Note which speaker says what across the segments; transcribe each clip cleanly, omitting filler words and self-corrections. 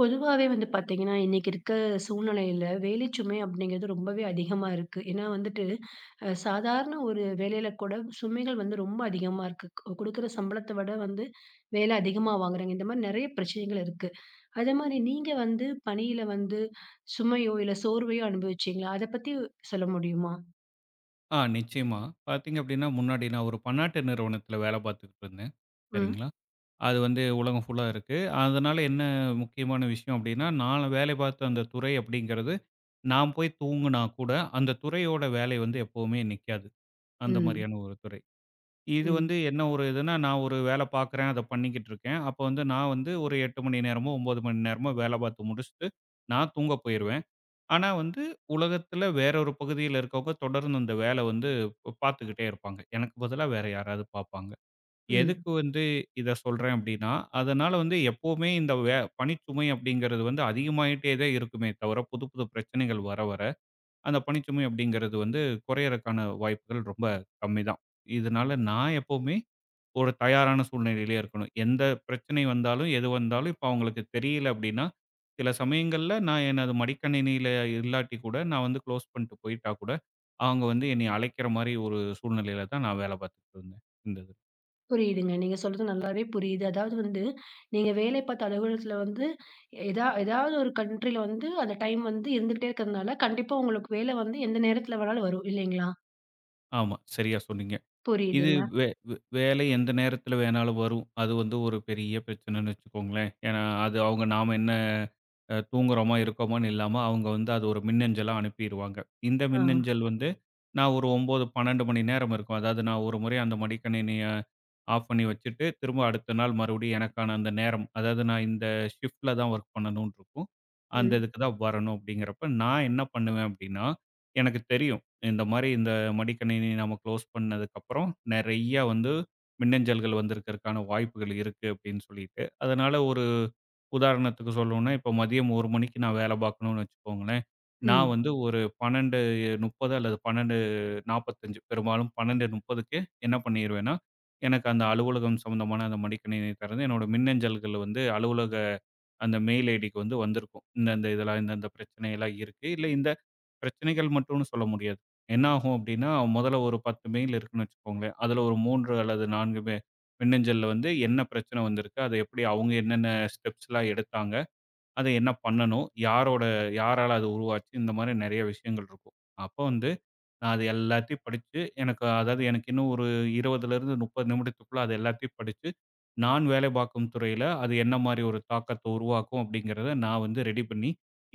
Speaker 1: பொதுவாவே வந்து பாத்தீங்கன்னா, இன்னைக்கு இருக்க சூழ்நிலையில வேலைச்சுமை அப்படிங்கிறது ரொம்பவே அதிகமா இருக்கு. ஏன்னா வந்துட்டு, சாதாரண ஒரு வேலையில கூட சுமைகள் வந்து ரொம்ப அதிகமா இருக்கு. குடுக்குற சம்பளத்த விட வந்து வேலை அதிகமா வாங்குறாங்க. இந்த மாரி நெறைய பிரச்சனைகள் இருக்கு. அதே மாரி நீங்க வந்து பணியில வந்து சுமையோ, இல்ல சோர்வையோ அனுபவிச்சீங்களா? அத பத்தி சொல்ல முடியுமா?
Speaker 2: ஆ, நிச்சயமா. பார்த்தீங்க அப்டின்னா, முன்னாடி நான் ஒரு பன்னாட்டு நிறுவனத்தில வேல பார்த்துக்கிட்டு இருந்தேன்.
Speaker 1: ம்.
Speaker 2: சரிங்களா? அது வந்து உலகம் ஃபுல்லா இருக்கு. அதனால என்ன முக்கியமான விஷயம் அப்டின்னா, நான் வேலை பார்த்த அந்த துறை அப்டிங்கிறது, நான் போய் தூங்குனா கூட, அந்த துறையோட வேலை வந்து எப்பவுமே நிக்காது. அந்த
Speaker 1: ம்.
Speaker 2: மாரியான ஒரு துறை. இது
Speaker 1: ம்.
Speaker 2: வந்து என்ன ஒரு இதுன்னா, நான் ஒரு வேல பார்க்குறேன், அத பண்ணிக்கிட்டு இருக்கேன். அப்ப வந்து நான் வந்து ஒரு 8 மணி நேரமோ, 9 மணி நேரமோ வேல பார்த்து முடிச்சுட்டு, நான் தூங்க போயிருவேன். ஆனா வந்து, உலகத்துல வேற ஒரு பகுதியில இருக்கவங்க தொடர்ந்து அந்த வேல வந்து பார்த்துக்கிட்டே இருப்பாங்க. எனக்கு பதிலா வேற யாராவது பார்ப்பாங்க.
Speaker 1: ம்.
Speaker 2: எதுக்கு வந்து இத சொல்றேன் அப்டின்னா, அதனால வந்து எப்பவுமே இந்த பணிச்சுமை அப்படிங்கிறது வந்து அதிகமாயிட்டே தான் இருக்குமே தவிர, புது புது பிரச்சனைகள் வர வர, அந்த பணிச்சுமை அப்படிங்கிறது வந்து குறையறக்கான வாய்ப்புகள் ரொம்ப கம்மி தான். இதனால நான் எப்பவுமே ஒரு தயாரான சூழ்நிலையிலே இருக்கணும். எந்த பிரச்சனை வந்தாலும், எது வந்தாலும் இப்ப அவங்களுக்கு தெரியல அப்படின்னா, சில சமயங்கள்ல நான் எனது மடிக்கணினியில இல்லாட்டி கூட, நான் வந்து க்ளோஸ் பண்ணிட்டு போயிட்டா கூட, அவங்க வந்து என்னைய அழைக்கிற மாரி ஒரு சூழ்நிலையில தான் நான் வேலை பார்த்துட்டு இருந்தேன். இந்த இது.
Speaker 1: புரியுதுங்க. நீங்க சொல்றது நல்லாவே புரியுது. அதாவது வந்து, நீங்க வேலை பார்த்த அலுவலகத்துல வந்து, ஏதாவது ஒரு கண்ட்ரில வந்து, அந்த டைம் வந்து இருந்துகிட்டே இருக்கிறதுனால, கண்டிப்பா உங்களுக்கு வேலை வந்து எந்த நேரத்துல வேணாலும் வரும். இல்லைங்களா?
Speaker 2: ஆமா, சரியா சொன்னீங்க. இது
Speaker 1: புரியுதுங்க.
Speaker 2: வே வே வேலை எந்த நேரத்தில வேணாலும் வரும். அது வந்து ஒரு பெரிய பிரச்சனைன்னு வச்சுக்கோங்களேன். ஏன்னா, அது அவங்க நாம என்ன தூங்குறோமா, இருக்கோமான்னு இல்லாம, அவங்க வந்து அது ஒரு மின்னஞ்சலா அனுப்பிருவாங்க. இந்த
Speaker 1: ஆ.
Speaker 2: மின்னஞ்சல் வந்து நான் ஒரு 9, 12 மணி நேரம் இருக்கும். அதாவது நான் ஒரு முறை அந்த மடிக்கணினிய ஆஃப் பண்ணி வச்சுட்டு, திரும்ப அடுத்த நாள் மறுபடியும் எனக்கான அந்த நேரம், அதாவது நான் இந்த ஷிஃப்ட்ல தான் ஒர்க் பண்ணணும்னு இருக்கும். அந்த
Speaker 1: ம்.
Speaker 2: இதுக்கு தான் வரணும் அப்படிங்கிறப்ப, நான் என்ன பண்ணுவேன் அப்படின்னா, எனக்கு தெரியும். இந்த மாரி இந்த மடிக்கணினி நம்ம க்ளோஸ் பண்ணதுக்கப்புறம், நெறைய வந்து மின்னஞ்சல்கள் வந்திருக்கறக்கான வாய்ப்புகள் இருக்கு அப்படின்னு சொல்லிட்டு. அதனால ஒரு உதாரணத்துக்கு சொல்லணும்னா, இப்போ மதியம் 1 மணிக்கு நான் வேலை பார்க்கணும்னு வச்சுக்கோங்களேன். நான்
Speaker 1: ம்.
Speaker 2: வந்து ஒரு 12:30 அல்லது 12:45 பெரும்பாலும் 12:30க்கு என்ன பண்ணிருவேன்னா, எனக்கு அந்த அலுவலகம் சம்மந்தமான அந்த மடிக்கணினி திறந்து, என்னோட மின்னஞ்சல்கள் வந்து அலுவலக அந்த மெயில் ஐடிக்கு வந்து வந்திருக்கும். இந்தந்த இதெல்லாம், இந்தந்த பிரச்சனையெல்லாம் இருக்கு. இல்ல இந்த பிரச்சனைகள் மட்டும்னு சொல்ல முடியாது. என்ன ஆகும் அப்டின்னா, முதல்ல ஒரு 10 மெயில் இருக்குன்னு வச்சுக்கோங்களேன். அதுல ஒரு 3 அல்லது 4 மின்னஞ்சல்ல வந்து என்ன பிரச்சனை வந்திருக்கு? அத எப்படி அவங்க என்னென்ன ஸ்டெப்ஸ்லாம் எடுத்தாங்க? அத என்ன பண்ணணும்? யாரோட யாரால அது உருவாச்சு? இந்த மாரி நெறைய விஷயங்கள் இருக்கும். அப்போ வந்து நான் அது எல்லாத்தையும் படிச்சு, எனக்கு அதாவது எனக்கு இன்னும் ஒரு 20லிருந்து 30 நிமிடத்துக்குள்ள அது எல்லாத்தையும் படிச்சு, நான் வேலை பார்க்கும் துறையில அது என்ன மாரி ஒரு தாக்கத்த உருவாக்கும் அப்படிங்கிறத நான் வந்து ரெடி பண்ணி,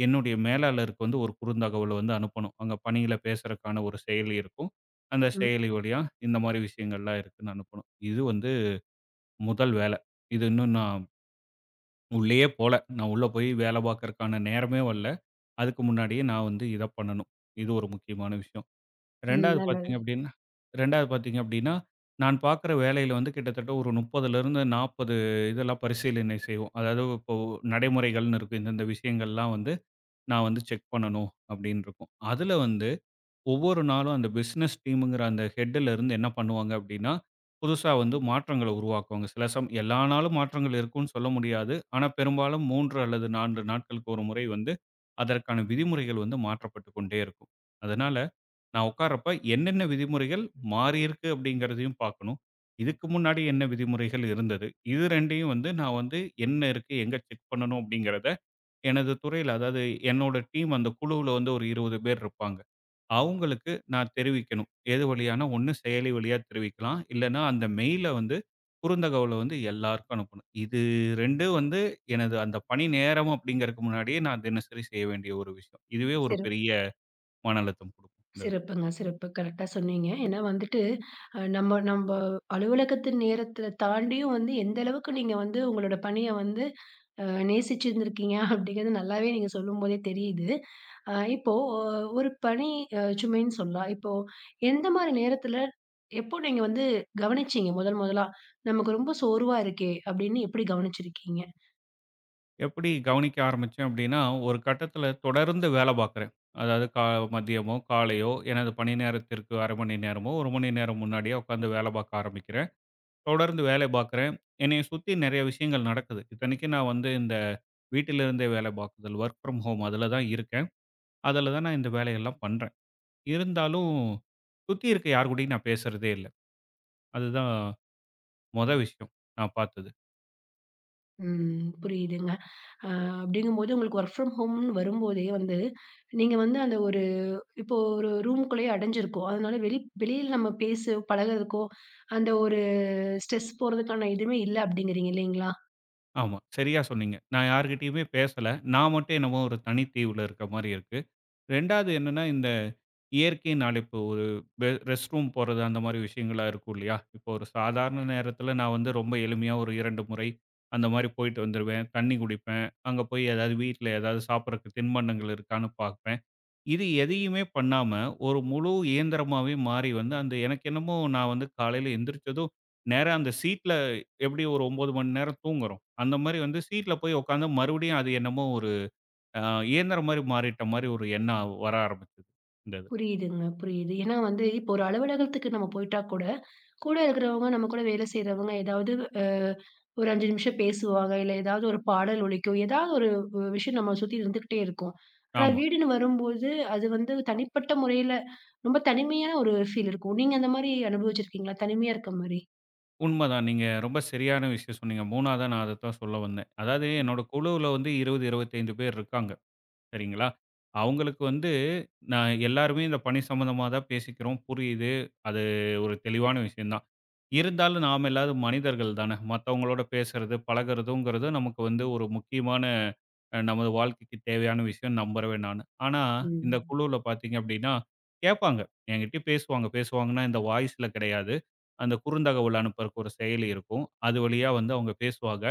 Speaker 2: என்னுடைய மேலாளருக்கு வந்து ஒரு குறுந்தகவல் வந்து அனுப்பணும். அங்க பணியில பேசுறக்கான ஒரு செயலி இருக்கும். அந்த
Speaker 1: ம்.
Speaker 2: செயலி வழியா இந்த மாரி விஷயங்கள்லாம் இருக்குன்னு அனுப்பணும். இது வந்து முதல் வேல. இது இன்னும் நான் உள்ளயே போல. நான் உள்ள போய் வேலை பார்க்கறக்கான நேரமே வரல. அதுக்கு முன்னாடியே நான் வந்து இத பண்ணணும். இது ஒரு முக்கியமான விஷயம்.
Speaker 1: ம்.
Speaker 2: 2வது பார்த்தீங்க
Speaker 1: நல்லது.
Speaker 2: அப்டின்னா 2வது பார்த்தீங்க அப்டின்னா, நான் பார்க்குற வேலையில வந்து கிட்டத்தட்ட ஒரு 30லிருந்து 40 இதெல்லாம் பரிசீலனை செய்வோம். அதாவது இப்போ நடைமுறைகள்னு இருக்கும். இந்தந்த விஷயங்கள்லாம் வந்து நான் வந்து செக் பண்ணணும் அப்டின்னு இருக்கும். அதுல வந்து ஒவ்வொரு நாளும் அந்த பிசினஸ் டீம்ங்கிற அந்த ஹெட்ல இருந்து என்ன பண்ணுவாங்க அப்டின்னா, புதுசா வந்து மாற்றங்கள உருவாக்குவாங்க. சில சம் எல்லா நாளும் மாற்றங்கள் இருக்கும்னு சொல்ல முடியாது. ஆனா பெரும்பாலும் 3 அல்லது 4 நாட்களுக்கு ஒரு முறை வந்து அதற்கான விதிமுறைகள் வந்து மாற்றப்பட்டு கொண்டே இருக்கும். அதனால நான் உட்கார்றப்ப என்னென்ன விதிமுறைகள் மாறியிருக்கு அப்படிங்கிறதையும் பார்க்கணும். இதுக்கு முன்னாடி என்ன விதிமுறைகள் இருந்தது? இது 2யும் வந்து நான் வந்து என்ன இருக்கு? எங்க செக் பண்ணணும்? அப்படிங்கிறத எனது துறையில அதாவது என்னோட டீம் அந்த குழுவுல வந்து ஒரு 20 பேர் இருப்பாங்க. அவங்களுக்கு நான் தெரிவிக்கணும். எது வழியானா ஒண்ணு செயலி வழியா தெரிவிக்கலாம். இல்லன்னா அந்த மெயில வந்து குறுந்தகவல வந்து எல்லாருக்கும் அனுப்பணும். இது 2ம் வந்து எனது அந்த பணி நேரம் அப்படிங்கிறதுக்கு முன்னாடியே நான் தினசரி செய்ய வேண்டிய ஒரு விஷயம். இதுவே ஒரு
Speaker 1: சிறப்
Speaker 2: பெரிய மன அழுத்தம் குடுக்கும். இந்த
Speaker 1: சிறப்புங்க. சிறப்பு. கரெக்ட்டா சொன்னீங்க. ஏன்னா வந்துட்டு, நம்ம அலுவலகத்து நேரத்துல தாண்டியும் வந்து, எந்த அளவுக்கு நீங்க வந்து உங்களோட பணிய வந்து அ நேசிச்சிருந்திருக்கீங்க அப்படிங்கிறது நல்லாவே நீங்க சொல்லும்போதே தெரியுது. இப்போ ஒரு பணி சுமைன்னு சொல்லலாம். இப்போ எந்த மாரி நேரத்துல எப்போ நீங்க வந்து கவனிச்சீங்க முதல் முதலா? நமக்கு ரொம்ப சோர்வா இருக்கே அப்படின்னு எப்படி கவனிச்சிருக்கீங்க?
Speaker 2: எப்படி கவனிக்க ஆரம்பிச்சேன் அப்படின்னா, ஒரு கட்டத்தில தொடர்ந்து வேலை பார்க்குறேன். அதாவது மதியமோ, காலையோ எனது பணி நேரத்திற்கு 1/2 மணி நேரமோ, 1 மணி நேரம் முன்னாடியே உட்காந்து வேலை பார்க்க ஆரம்பிக்கிறேன். தொடர்ந்து வேலை பார்க்குறேன். என்னைய சுத்தி நெறைய விஷயங்கள் நடக்குது. இத்தனைக்கும் நான் வந்து இந்த வீட்டிலிருந்தே வேலை பார்க்குதல், ஒர்க் ஃப்ரம் ஹோம் அதில தான் இருக்கேன். அதில தான் நான் இந்த வேலையெல்லாம் பண்றேன். இருந்தாலும் சுத்தி இருக்க யார் கூடயும் நான் பேசுறதே இல்ல. அதுதான் மொத விஷயம் நான் பார்த்தது.
Speaker 1: ம் புரியுதுங்க. அ அப்படிங்கும்போது உங்களுக்கு வொர்க் ஃப்ரம் ஹோம்ன்னு வரும்போதே வந்து, நீங்க வந்து அந்த ஒரு இப்போ ஒரு ரூம்க்குள்ளேயே அடைஞ்சிருக்கோம். அதனால வெளியில நம்ம பேச பழகுறதுக்கோ, அந்த ஒரு ஸ்ட்ரெஸ் போறதுக்கான எதுவுமே இல்ல அப்படிங்கிறீங்க இல்லைங்களா?
Speaker 2: ஆமா, சரியா சொன்னீங்க. நான் யார்கிட்டயுமே பேசல. நான் மட்டும் என்னமோ ஒரு தனி தீவுல இருக்க மாரி இருக்கு. 2வது என்னன்னா, இந்த இயற்கையின் அழைப்பு ஒரு ரெஸ்ட் ரூம் போறது அந்த மாரி விஷயங்களா இருக்கும் இல்லையா? இப்போ ஒரு சாதாரண நேரத்துல நான் வந்து ரொம்ப எளிமையா ஒரு 2 முறை அந்த மாரி போயிட்டு வந்துருவேன். தண்ணி குடிப்பேன். அங்க போய் ஏதாவது வீட்ல ஏதாவது சாப்பிடறக்கு தின்பண்டங்கள் இருக்கான்னு பார்ப்பேன். இது எதையுமே பண்ணாம, ஒரு முழு இயந்திரமாவே மாறி வந்து, அந்த எனக்கு என்னமோ நான் வந்து காலையில எந்திரிச்சதும், நேரா அந்த சீட்ல எப்படி ஒரு 9 மணி நேரம் தூங்குறோம். அந்த மாரி வந்து சீட்ல போய் உட்கார்ந்தா மறுபடியும் அது என்னமோ ஒரு அ இயந்திரம் மாரி மாறிட்ட மாரி ஒரு எண்ணம் வர ஆரம்பிச்சது. இந்த இதுல.
Speaker 1: புரியுதுங்க, புரியுது. ஏன்னா வந்து இப்போ ஒரு அலுவலகத்துக்கு நம்ம போயிட்டா கூட, கூட இருக்கிறவங்க, நம்ம கூட வேலை செய்றவங்க ஏதாவது அ ஒரு 5 நிமிஷம் பேசுவாங்க. இல்ல ஏதாவது ஒரு பாடல் ஒலிக்கும். ஏதாவது ஒரு விஷயம் நம்ம சுத்தி இருந்துகிட்டே இருக்கும். ஆனா
Speaker 2: ஆமா,
Speaker 1: வீடுன்னு வரும்போது, அது வந்து தனிப்பட்ட முறையில ரொம்ப தனிமையான ஒரு ஃபீல் இருக்கும். நீங்க அந்த மாரி அனுபவிச்சிருக்கீங்களா? தனிமையா இருக்க மாரி?
Speaker 2: உண்மதான். நீங்க ரொம்ப சரியான விஷயம் சொன்னீங்க. 3வதா நான் அதத்தான் சொல்ல வந்தேன். அதாவது என்னோட குழுவுல வந்து 20, 25 பேர் இருக்காங்க. சரிங்களா? அவங்களுக்கு வந்து நான் எல்லாருமே இந்த பணி சம்மந்தமா தான் பேசிக்கிறோம். புரியுது. அது ஒரு தெளிவான விஷயம் தான். இருந்தாலும் நாம எல்லாரும் மனிதர்கள் தானே! மத்தவங்களோட பேசுறது, பழகுறதுங்கிறது நமக்கு வந்து ஒரு முக்கியமான நமது வாழ்க்கைக்கு தேவையான விஷயம் நம்புறவன் நானு. ஆனா, இந்த
Speaker 1: ம்.
Speaker 2: குழுவுல பார்த்தீங்க அப்டின்னா, கேட்பாங்க. என்கிட்ட பேசுவாங்க. பேசுவாங்கன்னா, இந்த வாய்ஸ்ல கிடையாது. அந்த குறுந்தகவல் அனுப்புறக்கு ஒரு செயலி இருக்கும். அது வழியா வந்து அவங்க பேசுவாங்க.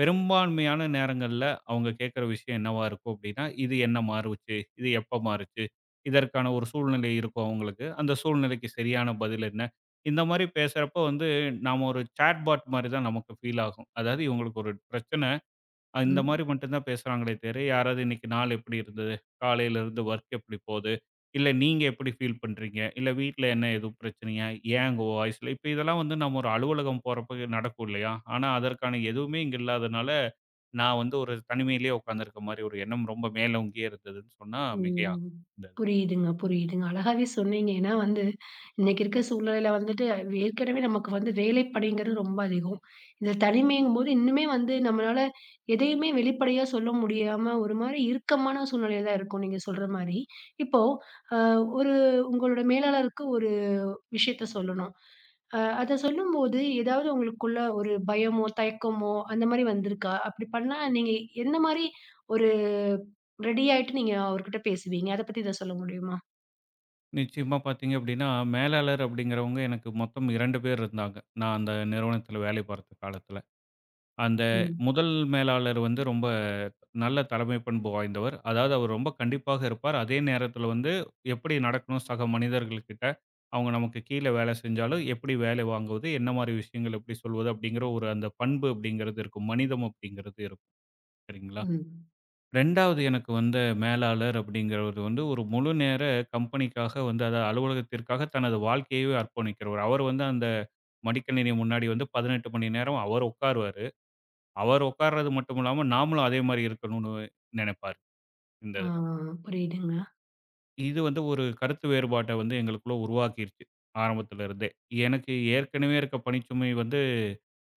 Speaker 2: பெரும்பான்மையான நேரங்கள்ல அவங்க கேட்கிற விஷயம் என்னவா இருக்கும் அப்படின்னா, இது என்ன மாறுச்சு? இது எப்ப மாறுச்சு? இதற்கான ஒரு சூழ்நிலை இருக்கும் அவங்களுக்கு. அந்த சூழ்நிலைக்கு சரியான பதில் என்ன? இந்த மாரி பேசுறப்போ வந்து நாம ஒரு சாட் பாட் மாரி தான் நமக்கு ஃபீல் ஆகும். அதாவது இவங்களுக்கு ஒரு பிரச்சனை இந்த
Speaker 1: ம்.
Speaker 2: மாரி மட்டும் தான் பேசுறாங்களே தவிர, யாராவது இன்னைக்கு நாள் எப்படி இருந்தது? காலையில இருந்து வொர்க் எப்படி போகுது? இல்ல நீங்க எப்படி ஃபீல் பண்றீங்க? இல்ல வீட்ல என்ன எதுவும் பிரச்சனையா? ஏன் உங்க வாய்ஸ்ல இப்ப இதெல்லாம் வந்து நம்ம ஒரு அலுவலகம் போறப்ப நடக்கும் இல்லையா? ஆனா அதற்கான எதுவுமே இங்க இல்லாதனால, நான் வந்து ஒரு தனிமையிலேயே உட்கார்ந்திருக்க மாரி ஒரு எண்ணம் ரொம்ப மேலோங்கியே இருந்ததுன்னு சொன்னா மிகையாகும்.
Speaker 1: ம்.
Speaker 2: இந்த இது.
Speaker 1: புரியுதுங்க, புரியுதுங்க. அழகாவே சொன்னீங்க. ஏன்னா வந்து, இன்னைக்கு இருக்க சூழ்நிலையில வந்துட்டு ஏற்கனவே நமக்கு வந்து வேலைப்பளுங்கிறது ரொம்ப அதிகம். இந்த தனிமைங்கும்போது இன்னுமே வந்து நம்மளால எதையுமே வெளிப்படையா சொல்ல முடியாம, ஒரு மாரி இறுக்கமான சூழ்நிலையில தான் இருக்கும், நீங்க சொல்ற மாரி. இப்போ, அ ஒரு உங்களோட மேலாளருக்கு ஒரு விஷயத்த சொல்லணும். அத சொல்லும்போது, ஏதாவது உங்களுக்குள்ள ஒரு பயமோ, தயக்கமோ அந்த மாரி வந்திருக்கா? அப்படி பண்ணா நீங்க என்ன மாரி ஒரு ரெடி ஆயிட்டு நீங்க அவர்கிட்ட பேசுவீங்க? அத பத்தி ஏதாவது சொல்ல முடியுமா?
Speaker 2: நிச்சயமா பார்த்தீங்க அப்படின்னா, மேலாளர் அப்படிங்கிறவங்க எனக்கு மொத்தம் 2 பேர் இருந்தாங்க. நான் அந்த நிறுவனத்தில வேலை பார்த்த காலத்தில. அந்த
Speaker 1: ம்.
Speaker 2: முதல் மேலாளர் வந்து ரொம்ப நல்ல தலைமை பண்பு வாய்ந்தவர். அதாவது அவர் ரொம்ப கண்டிப்பாக இருப்பார். அதே நேரத்தில வந்து எப்படி நடக்கணும் சக மனிதர்கள் கிட்ட, அவங்க நமக்கு கீழ வேலை செஞ்சாலும் எப்படி வேலை வாங்குவது, என்ன மாரி விஷயங்கள் எப்படி சொல்வது அப்படிங்கிற ஒரு அந்த பண்பு அப்படிங்கிறது இருக்கும். மனிதம் அப்படிங்கிறது இருக்கும். சரிங்களா?
Speaker 1: ம்.
Speaker 2: 2வது எனக்கு வந்த மேலாளர் அப்படிங்கிறவர் வந்து ஒரு முழு நேர கம்பெனிக்காக வந்து அதாவது அலுவலகத்திற்காக தனது வாழ்க்கையவே அர்ப்பணிக்கிறவர். அவர் வந்து அந்த மடிக்கணினி முன்னாடி வந்து 18 மணி நேரம் அவர் உட்காருவாரு. அவர் உட்கார்றது மட்டும் இல்லாம, நாமளும் அதே மாரி இருக்கணும்னு நெனைப்பாரு, இந்த
Speaker 1: ஆ
Speaker 2: இதுல.
Speaker 1: புரியுதுங்க.
Speaker 2: இது வந்து ஒரு கருத்து வேறுபாட்ட வந்து எங்களுக்குள்ள உருவாக்கிருச்சு, ஆரம்பத்துல இருந்தே. எனக்கு ஏற்கனவே இருக்க பணிச்சுமை வந்து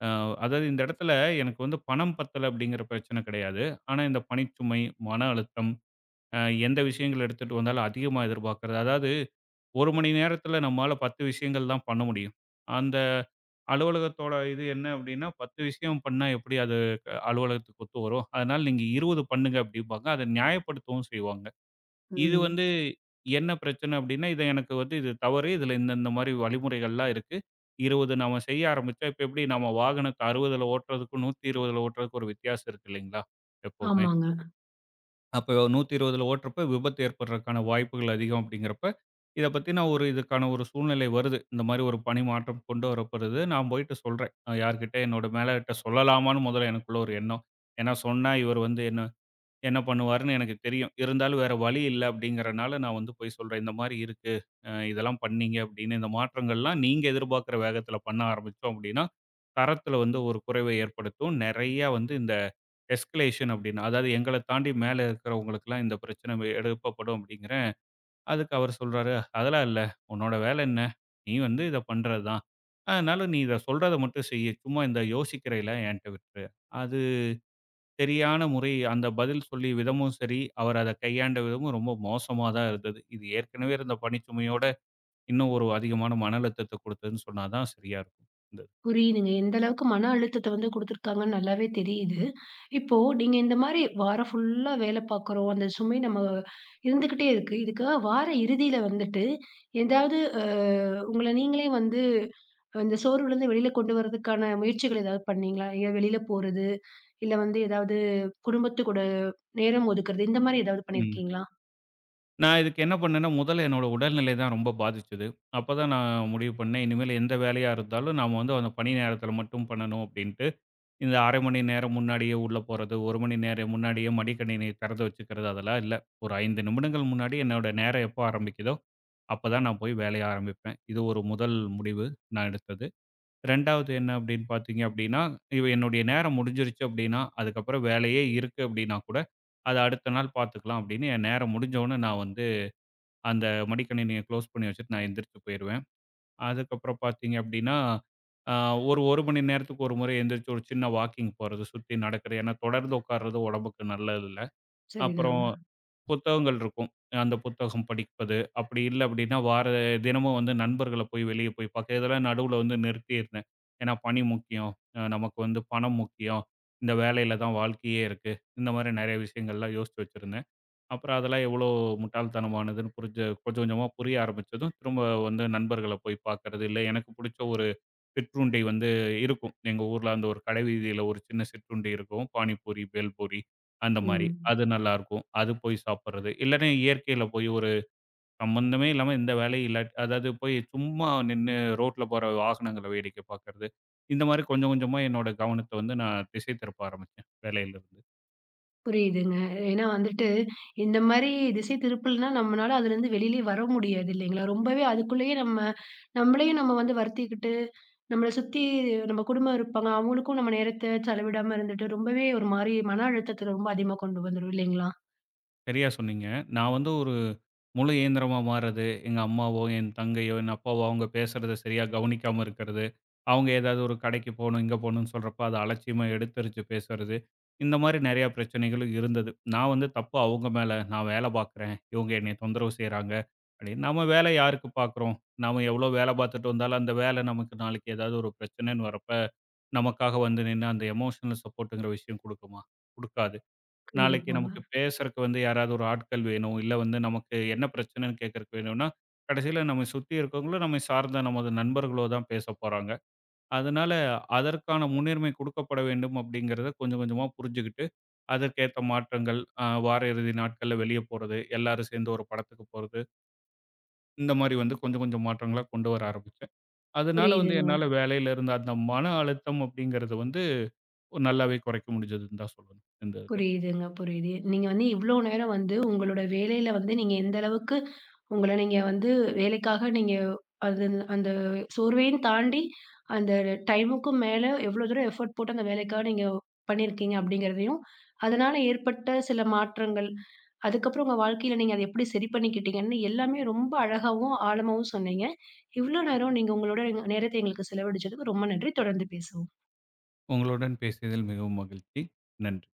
Speaker 2: அ அதாவது இந்த இடத்துல எனக்கு வந்து பணம் பத்தல அப்படிங்கிற பிரச்சனை கிடையாது. ஆனா, இந்த பணிச்சுமை, மன அழுத்தம், அ எந்த விஷயங்கள் எடுத்துட்டு வந்தாலும் அதிகமா எதிர்பார்க்கிறது. அதாவது 1 மணி நேரத்தில நம்மால 10 விஷயங்கள் தான் பண்ண முடியும். அந்த அலுவலகத்தோட இது என்ன அப்டின்னா, 10 விஷயம் பண்ணா எப்படி அது அலுவலகத்துக்கு ஒத்து வரும்? அதனால நீங்க 20 பண்ணுங்க அப்டிம்பாங்க. அத நியாயப்படுத்தவும் செய்வாங்க. இது
Speaker 1: ம்.
Speaker 2: வந்து என்ன பிரச்சன அப்டின்னா, இது எனக்கு வந்து இது தவறு. இதுல இந்த இந்த மாரி வழிமுறைகள்லாம் இருக்கு. 20 நாம செய்ய ஆரம்பிச்சா, இப்ப எப்படி நம்ம வாகனத்த 60ல ஓட்டுறதுக்கும், 120ல ஓட்டுறதுக்கும் ஒரு வித்தியாசம் இருக்கு இல்லைங்களா? எப்பவுமே.
Speaker 1: ஆமாங்க.
Speaker 2: அப்போ 120ல ஓட்டுறப்ப விபத்து ஏற்படுறதுக்கான வாய்ப்புகள் அதிகம் அப்படிங்கிறப்ப, இத பத்தின ஒரு இதுக்கான ஒரு சூழ்நிலை வருது. இந்த மாரி ஒரு பணி மாற்றம் கொண்டு வரப்படுது. நான் போயிட்டு சொல்றேன். யார்கிட்ட என்னோட மேலாளர்ட்ட சொல்லலாமான்னு முதல்ல எனக்குள்ள ஒரு எண்ணம். ஏன்னா சொன்னா இவர் வந்து என்ன என்ன பண்ணுவாருன்னு எனக்கு தெரியும். இருந்தாலும் வேற வழி இல்ல அப்படிங்கிறனால நான் வந்து போய் சொல்றேன். இந்த மாரி இருக்கு. இதெல்லாம் பண்ணீங்க அப்படின்னு இந்த மாற்றங்கள்லாம் நீங்க எதிர்பார்க்கிற வேகத்தில பண்ண ஆரம்பிச்சோம் அப்படின்னா, தரத்தில வந்து ஒரு குறைவை ஏற்படுத்தும். நெறையா வந்து இந்த எஸ்கலேஷன் அப்படின்னு. அதாவது எங்கள தாண்டி மேல இருக்கிறவங்களுக்குலாம் இந்த பிரச்சனை எழுப்பப்படும் அப்படிங்கிறேன். அதுக்கு அவரு சொல்றாரு, "அதெல்லாம் இல்ல. உன்னோட வேலை என்ன? நீ வந்து இத பண்றது தான். அதனால நீ இத சொல்றத மட்டும் செய்யு. சும்மா இந்த யோசிக்கிறையெல்லாம் என்ட்ட விட்டுரு." அது சரியான முறை அந்த பதில் சொல்லி விதமும் சரி, அவர் அத கையாண்ட விதமும் ரொம்ப மோசமா தான் இருந்தது. இது ஏற்கனவே இருந்த பணிச்சுமையோட, இன்னும் ஒரு அதிகமான மன அழுத்தத்த குடுத்ததுன்னு சொன்னா தான் சரியா இருக்கும். இந்த
Speaker 1: புரியுதுங்க. எந்த அளவுக்கு மன அழுத்தத்த வந்து குடுத்துருக்காங்கன்னு நல்லாவே தெரியுது. இப்போ நீங்க இந்த மாரி வாரம் ஃபுல்லா வேல பார்க்குறோம். அந்த சுமை நம்ம இருந்துகிட்டே இருக்கு. இதுக்கு வார இறுதியில வந்துட்டு ஏதாவது உங்கள நீங்களே வந்து இந்த சோர்வுலருந்து வெளியில கொண்டு வரதுக்கான முயற்சிகள் ஏதாவது பண்ணீங்களா? எங்கேயாவது வெளியில போறது, இல்ல வந்து ஏதாவது குடும்பத்து கூட நேரம் ஒதுக்குறது, இந்த மாரி ஏதாவது
Speaker 2: ம்.
Speaker 1: பண்ணியிருக்கீங்களா?
Speaker 2: நான் இதுக்கு என்ன பண்ணேன்னா, முதல்ல என்னோட உடல்நிலை தான் ரொம்ப பாதிச்சது. அப்பதான் நான் முடிவு பண்ணேன், இனிமேல் எந்த வேலையா இருந்தாலும் நாம வந்து அந்த பணி நேரத்தில மட்டும் பண்ணணும் அப்படின்ட்டு, இந்த 1/2 மணி நேரம் முன்னாடியே உள்ள போறது, 1 மணி நேரம் முன்னாடியே மடிக்கணினி திறந்து வச்சுக்கிறது அதெல்லாம் இல்ல. ஒரு 5 நிமிடங்கள் முன்னாடி என்னோட நேரம் எப்போ ஆரம்பிக்குதோ, அப்பதான் நான் போய் வேலைய ஆரம்பிப்பேன். இது ஒரு முதல் முடிவு நான் எடுத்தது. 2வது என்ன அப்படின்னு பார்த்தீங்க அப்படின்னா, இது என்னுடைய நேரம் முடிஞ்சிருச்சு அப்படின்னா, அதுக்கப்புறம் வேலையே இருக்கு அப்படின்னா கூட, அத அடுத்த நாள் பார்த்துக்கலாம் அப்படின்னு என் நேரம் முடிஞ்ச உடனே நான் வந்து அந்த மடிக்கணினிய க்ளோஸ் பண்ணி வச்சுட்டு நான் எந்திரிச்சு போயிருவேன். அதுக்கப்புறம் பார்த்தீங்க அப்படின்னா, அ ஒரு 1 மணி நேரத்துக்கு ஒரு முறை எந்திரிச்சு ஒரு சின்ன வாக்கிங் போறது, சுத்தி நடக்கிறது. ஏன்னா தொடர்ந்து உட்கார்றது உடம்புக்கு நல்லது இல்ல. அப்புறம்
Speaker 1: சரிதாங்க.
Speaker 2: புத்தகங்கள் இருக்கும். அந்த புத்தகம் படிப்பது. அப்படி இல்ல அப்படின்னா, வார தினமும் வந்து நண்பர்கள போய் வெளிய போய் பார்க்க இதெல்லாம் நடுவுல வந்து நிறுத்தியிருந்தேன். ஏன்னா பணி முக்கியம். நமக்கு வந்து பணம் முக்கியம். இந்த வேலையில தான் வாழ்க்கையே இருக்கு. இந்த மாரி நெறைய விஷயங்கள்லாம் யோசிச்சு வச்சிருந்தேன். அப்புறம் அதெல்லாம் எவ்வளோ முட்டாள்தனமானதுன்னு புரிஞ்ச கொஞ்சம் கொஞ்சமா புரிய ஆரம்பிச்சதும், திரும்ப வந்து நண்பர்கள போய் பார்க்கறது, இல்ல எனக்கு புடிச்ச ஒரு சிற்றுண்டி வந்து இருக்கும். எங்க ஊர்ல அந்த ஒரு கடை வீதியில ஒரு சின்ன சிற்றுண்டி இருக்கும். பானிபூரி, பேல்பூரி அந்த மாரி.
Speaker 1: ம்.
Speaker 2: அது நல்லாருக்கும். அது போய் சாப்பிடுறது. இல்லன்னா இயற்கையில போய் ஒரு சம்மந்தமே இல்லாம எந்த வேலையும் இல்லாட்டி அதாவது போய் சும்மா நின்னு ரோட்ல போற வாகனங்கள வேடிக்கை பார்க்கறது. இந்த மாரி கொஞ்சம் கொஞ்சமா என்னோட கவனத்த வந்து நான் திசை திருப்ப ஆரம்பிச்சேன், வேலையிலிருந்து.
Speaker 1: புரியுதுங்க. ஏன்னா வந்துட்டு, இந்த மாரி திசை திருப்பல்னா நம்மனால அதுலருந்து வெளியிலயே வர முடியாது இல்லைங்களா? ரொம்பவே அதுக்குள்ளேயே நம்ம நம்மளையும் நம்ம வந்து வருத்திக்கிட்டு, நம்மள சுத்தி நம்ம குடும்பம் இருப்பாங்க. அவங்களுக்கும் நம்ம நேரத்த செலவிடாம இருந்துட்டு ரொம்பவே ஒரு மாரி மன அழுத்தத்துல ரொம்ப அதிகமா கொண்டு வந்துரும் இல்லைங்களா?
Speaker 2: சரியா சொன்னீங்க. நான் வந்து ஒரு முழு இயந்திரமா மாறுறது, எங்க அம்மாவோ, என் தங்கையோ, என் அப்பாவோ அவங்க பேசுறத சரியா கவனிக்காம இருக்கிறது. அவங்க ஏதாவது ஒரு கடைக்கு போணும், இங்க போணும்ன்னு சொல்றப்ப அத அலட்சியமா எடுத்தெறிச்சு பேசுறது. இந்த மாரி நெறைய பிரச்சனைகளும் இருந்தது. நான் வந்து தப்பு அவங்க மேல, நான் வேல பார்க்குறேன். இவங்க என்னைய தொந்தரவு செய்றாங்க அப்படின்னு. நம்ம வேல யாருக்கு பார்க்குறோம்? நாம எவ்வளோ வேல பார்த்துட்டு வந்தாலும் அந்த வேல நமக்கு நாளைக்கு ஏதாவது ஒரு பிரச்சனைன்னு வரப்ப, நமக்காக வந்து நின்னு அந்த எமோஷனல் சப்போர்ட்ங்கிற விஷயம் குடுக்குமா? குடுக்காது. நாளைக்கு
Speaker 1: கண்டிப்பாங்க.
Speaker 2: நமக்கு பேசுறக்கு வந்து யாராவது ஒரு ஆட்கள் வேணும். இல்ல வந்து நமக்கு என்ன பிரச்சனைன்னு கேட்கறக்கு வேணும்னா, கடைசியில நம்மை சுத்தி இருக்கவங்களோ, நம்மை சார்ந்த நமது நண்பர்களோ தான் பேசப் போறாங்க. அதனால அதற்கான முன்னுரிமை குடுக்கப்பட வேண்டும் அப்படிங்கிறத கொஞ்சம் கொஞ்சமா புரிஞ்சுகிட்டு, அதற்கேத்த மாற்றங்கள் வார இறுதி நாட்கள்ல வெளிய போறது, எல்லாரும் சேர்ந்து ஒரு படத்துக்கு போறது, இந்த மாரி வந்து கொஞ்சம் கொஞ்சம் மாற்றங்களா கொண்டு வர ஆரம்பிச்சேன். அதனால வந்து
Speaker 1: புரியுதுங்க.
Speaker 2: என்னால வேலையில இருந்த அந்த மன அழுத்தம் அப்படிங்கிறது வந்து நல்லாவே குறைக்க முடிஞ்சதுன்னு தான் சொல்லணும். இந்த இதுல.
Speaker 1: புரியுதுங்க, புரியுது. நீங்க வந்து இவ்ளோ நேரம் வந்து உங்களோட வேலையில வந்து நீங்க எந்த அளவுக்கு உங்கள நீங்க வந்து வேலைக்காக நீங்க அது அந்த சோர்வையும் தாண்டி அந்த டைமுக்கும் மேல எவ்ளோ தூரம் எஃபோர்ட் போட்டு அந்த வேலைக்காக நீங்க பண்ணியிருக்கீங்க அப்படிங்கிறதையும், அதனால ஏற்பட்ட சில மாற்றங்கள், அதுக்கப்புறம் உங்க வாழ்க்கையில நீங்க அத எப்படி சரி பண்ணிக்கிட்டீங்கன்னு எல்லாமே ரொம்ப அழகாவும், ஆழமாவும் சொன்னீங்க. இவ்ளோ நேரம் நீங்க உங்களோட நேரத்த எங்களுக்கு செலவழிச்சதுக்கு ரொம்ப நன்றி. தொடர்ந்து பேசுவோம்.
Speaker 2: உங்களுடன் பேசியதில் மிகவும் மகிழ்ச்சி. நன்றி.